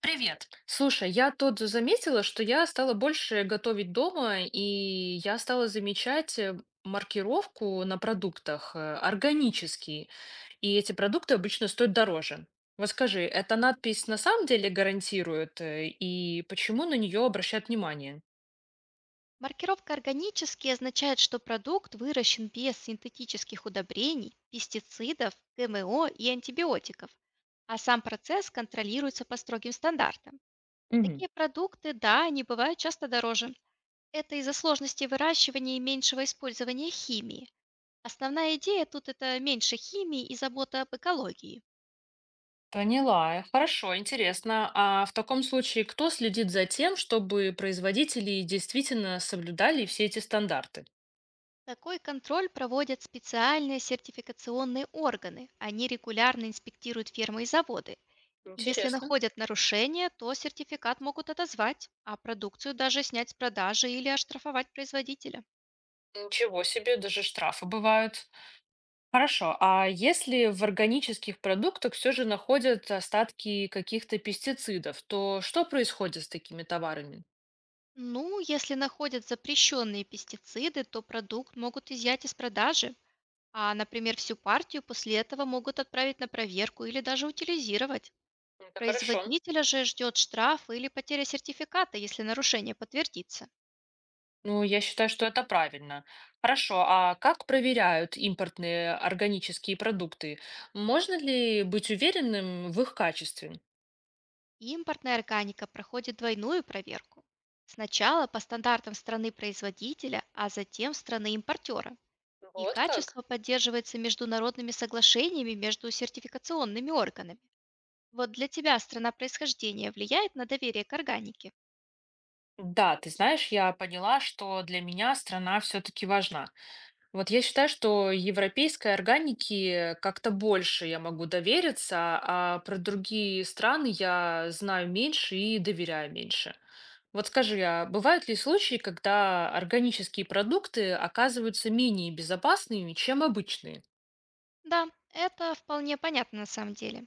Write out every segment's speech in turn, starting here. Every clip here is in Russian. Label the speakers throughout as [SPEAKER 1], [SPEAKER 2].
[SPEAKER 1] Привет. Слушай, я тут заметила, что я стала больше готовить дома, и я стала замечать маркировку на продуктах органический. И эти продукты обычно стоят дороже. Вот скажи, эта надпись на самом деле гарантирует, и почему на нее обращают внимание?
[SPEAKER 2] Маркировка «органический» означает, что продукт выращен без синтетических удобрений, пестицидов, ГМО и антибиотиков, а сам процесс контролируется по строгим стандартам.
[SPEAKER 1] Мгм.
[SPEAKER 2] Такие продукты, да, они бывают часто дороже. Это из-за сложности выращивания и меньшего использования химии. Основная идея тут – это меньше химии и забота об экологии.
[SPEAKER 1] Поняла. Хорошо, интересно. А в таком случае кто следит за тем, чтобы производители действительно соблюдали все эти стандарты?
[SPEAKER 2] Такой контроль проводят специальные сертификационные органы. Они регулярно инспектируют фермы и заводы. И если
[SPEAKER 1] Интересно.
[SPEAKER 2] находят нарушение, то сертификат могут отозвать, а продукцию даже снять с продажи или оштрафовать производителя.
[SPEAKER 1] Ничего себе, даже штрафы бывают. Хорошо, а если в органических продуктах все же находят остатки каких-то пестицидов, то что происходит с такими товарами?
[SPEAKER 2] Ну, если находят запрещенные пестициды, то продукт могут изъять из продажи, а, например, всю партию после этого могут отправить на проверку или даже утилизировать.
[SPEAKER 1] Это хорошо.
[SPEAKER 2] Производителя же ждет штраф или потеря сертификата, если нарушение подтвердится.
[SPEAKER 1] Ну, я считаю, что это правильно. Хорошо, а как проверяют импортные органические продукты? Можно ли быть уверенным в их качестве?
[SPEAKER 2] Импортная органика проходит двойную проверку. Сначала по стандартам страны производителя, а затем страны импортера. И
[SPEAKER 1] Вот как?
[SPEAKER 2] качество поддерживается международными соглашениями между сертификационными органами. Вот для тебя страна происхождения влияет на доверие к органике.
[SPEAKER 1] Да, ты знаешь, я поняла, что для меня страна все-таки важна. Вот я считаю, что европейской органике как-то больше я могу довериться, а про другие страны я знаю меньше и доверяю меньше. Вот скажи, а бывают ли случаи, когда органические продукты оказываются менее безопасными, чем обычные?
[SPEAKER 2] Да, это вполне понятно на самом деле.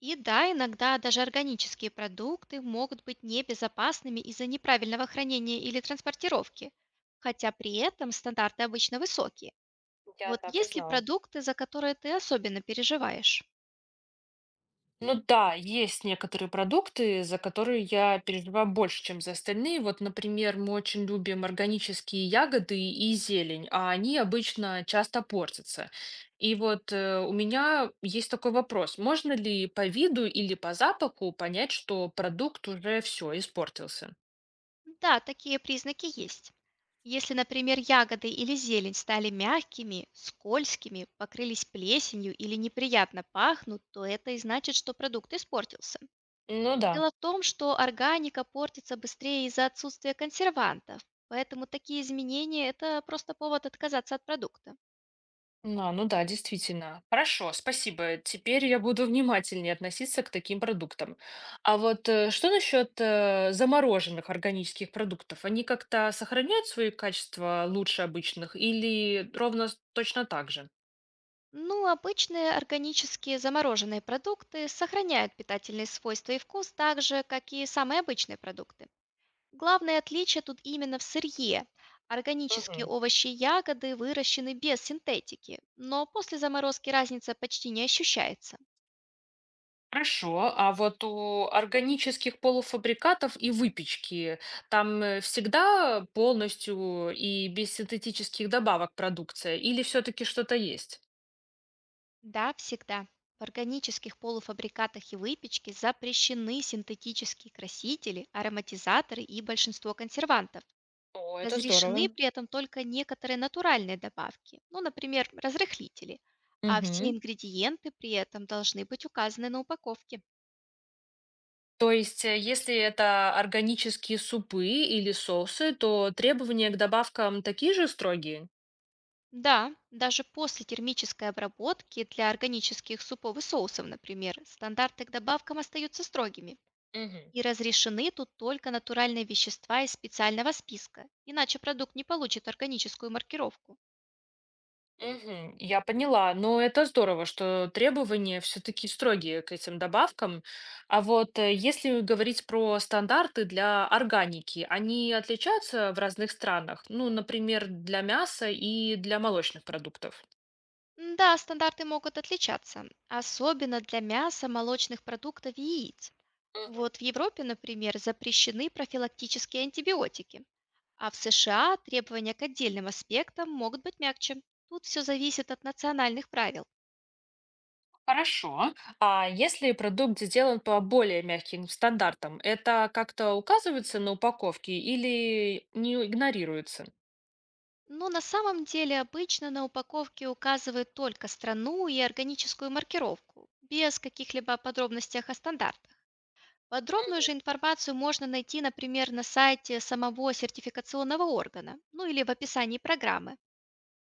[SPEAKER 2] И да, иногда даже органические продукты могут быть небезопасными из-за неправильного хранения или транспортировки, хотя при этом стандарты обычно высокие.
[SPEAKER 1] Я
[SPEAKER 2] Вот
[SPEAKER 1] так и
[SPEAKER 2] есть ли
[SPEAKER 1] знала.
[SPEAKER 2] продукты, за которые ты особенно переживаешь?
[SPEAKER 1] Ну да, есть некоторые продукты, за которые я переживаю больше, чем за остальные. Вот, например, мы очень любим органические ягоды и зелень, а они обычно часто портятся. И вот у меня есть такой вопрос. Можно ли по виду или по запаху понять, что продукт уже все испортился?
[SPEAKER 2] Да, такие признаки есть. Если, например, ягоды или зелень стали мягкими, скользкими, покрылись плесенью или неприятно пахнут, то это и значит, что продукт испортился.
[SPEAKER 1] Ну да.
[SPEAKER 2] Дело в том, что органика портится быстрее из-за отсутствия консервантов, поэтому такие изменения – это просто повод отказаться от продукта.
[SPEAKER 1] А, ну да, действительно. Хорошо, спасибо. Теперь я буду внимательнее относиться к таким продуктам. А вот что насчет замороженных органических продуктов? Они как-то сохраняют свои качества лучше обычных или ровно точно так же?
[SPEAKER 2] Ну, обычные органические замороженные продукты сохраняют питательные свойства и вкус так же, как и самые обычные продукты. Главное отличие тут именно в сырье. Органические
[SPEAKER 1] Мгм.
[SPEAKER 2] овощи и ягоды выращены без синтетики, но после заморозки разница почти не ощущается.
[SPEAKER 1] Хорошо. А вот у органических полуфабрикатов и выпечки там всегда полностью и без синтетических добавок продукция или все-таки что-то есть?
[SPEAKER 2] Да, всегда. В органических полуфабрикатах и выпечке запрещены синтетические красители, ароматизаторы и большинство консервантов.
[SPEAKER 1] О, это
[SPEAKER 2] Разрешены
[SPEAKER 1] здорово.
[SPEAKER 2] при этом только некоторые натуральные добавки, ну, например, разрыхлители, а все
[SPEAKER 1] Мгм.
[SPEAKER 2] ингредиенты при этом должны быть указаны на упаковке.
[SPEAKER 1] То есть, если это органические супы или соусы, то требования к добавкам такие же строгие?
[SPEAKER 2] Да, даже после термической обработки для органических супов и соусов, например, стандарты к добавкам остаются строгими.
[SPEAKER 1] Мгм.
[SPEAKER 2] И разрешены тут только натуральные вещества из специального списка, иначе продукт не получит органическую маркировку.
[SPEAKER 1] Мгм, я поняла. Но это здорово, что требования все-таки строгие к этим добавкам. А вот если говорить про стандарты для органики, они отличаются в разных странах? Ну, например, для мяса и для молочных продуктов.
[SPEAKER 2] Да, стандарты могут отличаться, особенно для мяса, молочных продуктов и яиц. Вот в Европе, например, запрещены профилактические антибиотики, а в США требования к отдельным аспектам могут быть мягче. Тут все зависит от национальных правил.
[SPEAKER 1] Хорошо. А если продукт сделан по более мягким стандартам, это как-то указывается на упаковке или не игнорируется?
[SPEAKER 2] Но на самом деле, обычно на упаковке указывают только страну и органическую маркировку, без каких-либо подробностях о стандартах. Подробную же информацию можно найти, например, на сайте самого сертификационного органа, ну или в описании программы.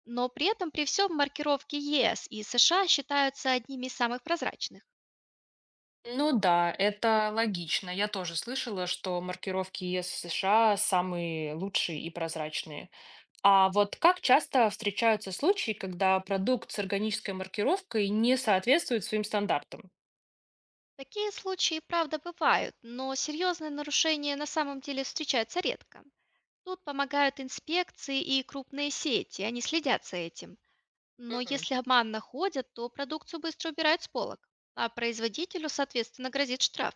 [SPEAKER 2] Но при этом при всем маркировки ЕС и США считаются одними из самых прозрачных.
[SPEAKER 1] Ну да, это логично. Я тоже слышала, что маркировки ЕС США самые лучшие и прозрачные. А вот как часто встречаются случаи, когда продукт с органической маркировкой не соответствует своим стандартам?
[SPEAKER 2] Такие случаи, правда, бывают, но серьезные нарушения на самом деле встречаются редко. Тут помогают инспекции и крупные сети, они следят за этим. Но
[SPEAKER 1] Мгм.
[SPEAKER 2] если обман находят, то продукцию быстро убирают с полок, а производителю, соответственно, грозит штраф.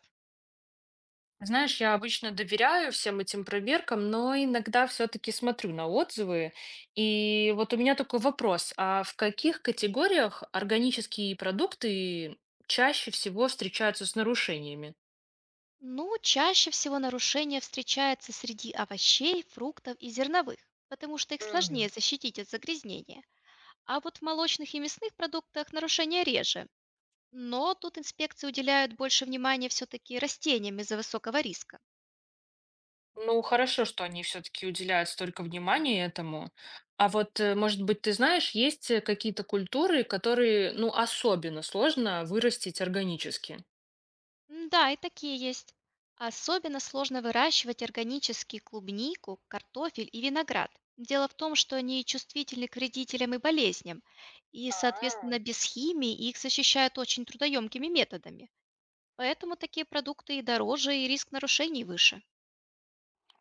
[SPEAKER 1] Знаешь, я обычно доверяю всем этим проверкам, но иногда все-таки смотрю на отзывы. И вот у меня такой вопрос, а в каких категориях органические продукты чаще всего встречаются с нарушениями?
[SPEAKER 2] Ну, чаще всего нарушение встречается среди овощей, фруктов и зерновых, потому что их
[SPEAKER 1] Мгм.
[SPEAKER 2] сложнее защитить от загрязнения. А вот в молочных и мясных продуктах нарушения реже. Но тут инспекции уделяют больше внимания все-таки растениям из-за высокого риска.
[SPEAKER 1] Ну, хорошо, что они все-таки уделяют столько внимания этому. А вот, может быть, ты знаешь, есть какие-то культуры, которые, ну, особенно сложно вырастить органически?
[SPEAKER 2] Да, и такие есть. Особенно сложно выращивать органические клубнику, картофель и виноград. Дело в том, что они чувствительны к вредителям и болезням, и, соответственно,
[SPEAKER 1] А.
[SPEAKER 2] без химии их защищают очень трудоемкими методами. Поэтому такие продукты и дороже, и риск нарушений выше.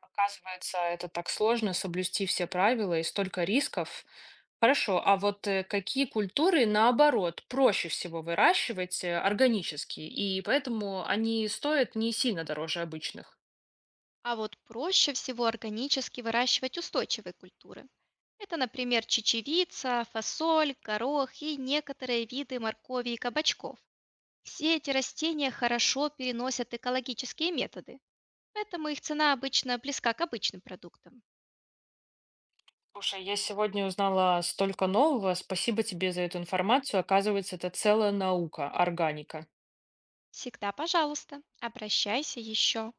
[SPEAKER 1] Оказывается, это так сложно соблюсти все правила и столько рисков. Хорошо, а вот какие культуры, наоборот, проще всего выращивать органически, и поэтому они стоят не сильно дороже обычных?
[SPEAKER 2] А вот проще всего органически выращивать устойчивые культуры. Это, например, чечевица, фасоль, горох и некоторые виды моркови и кабачков. Все эти растения хорошо переносят экологические методы, поэтому их цена обычно близка к обычным продуктам.
[SPEAKER 1] Слушай, я сегодня узнала столько нового. Спасибо тебе за эту информацию. Оказывается, это целая наука, органика.
[SPEAKER 2] Всегда, пожалуйста, обращайся еще.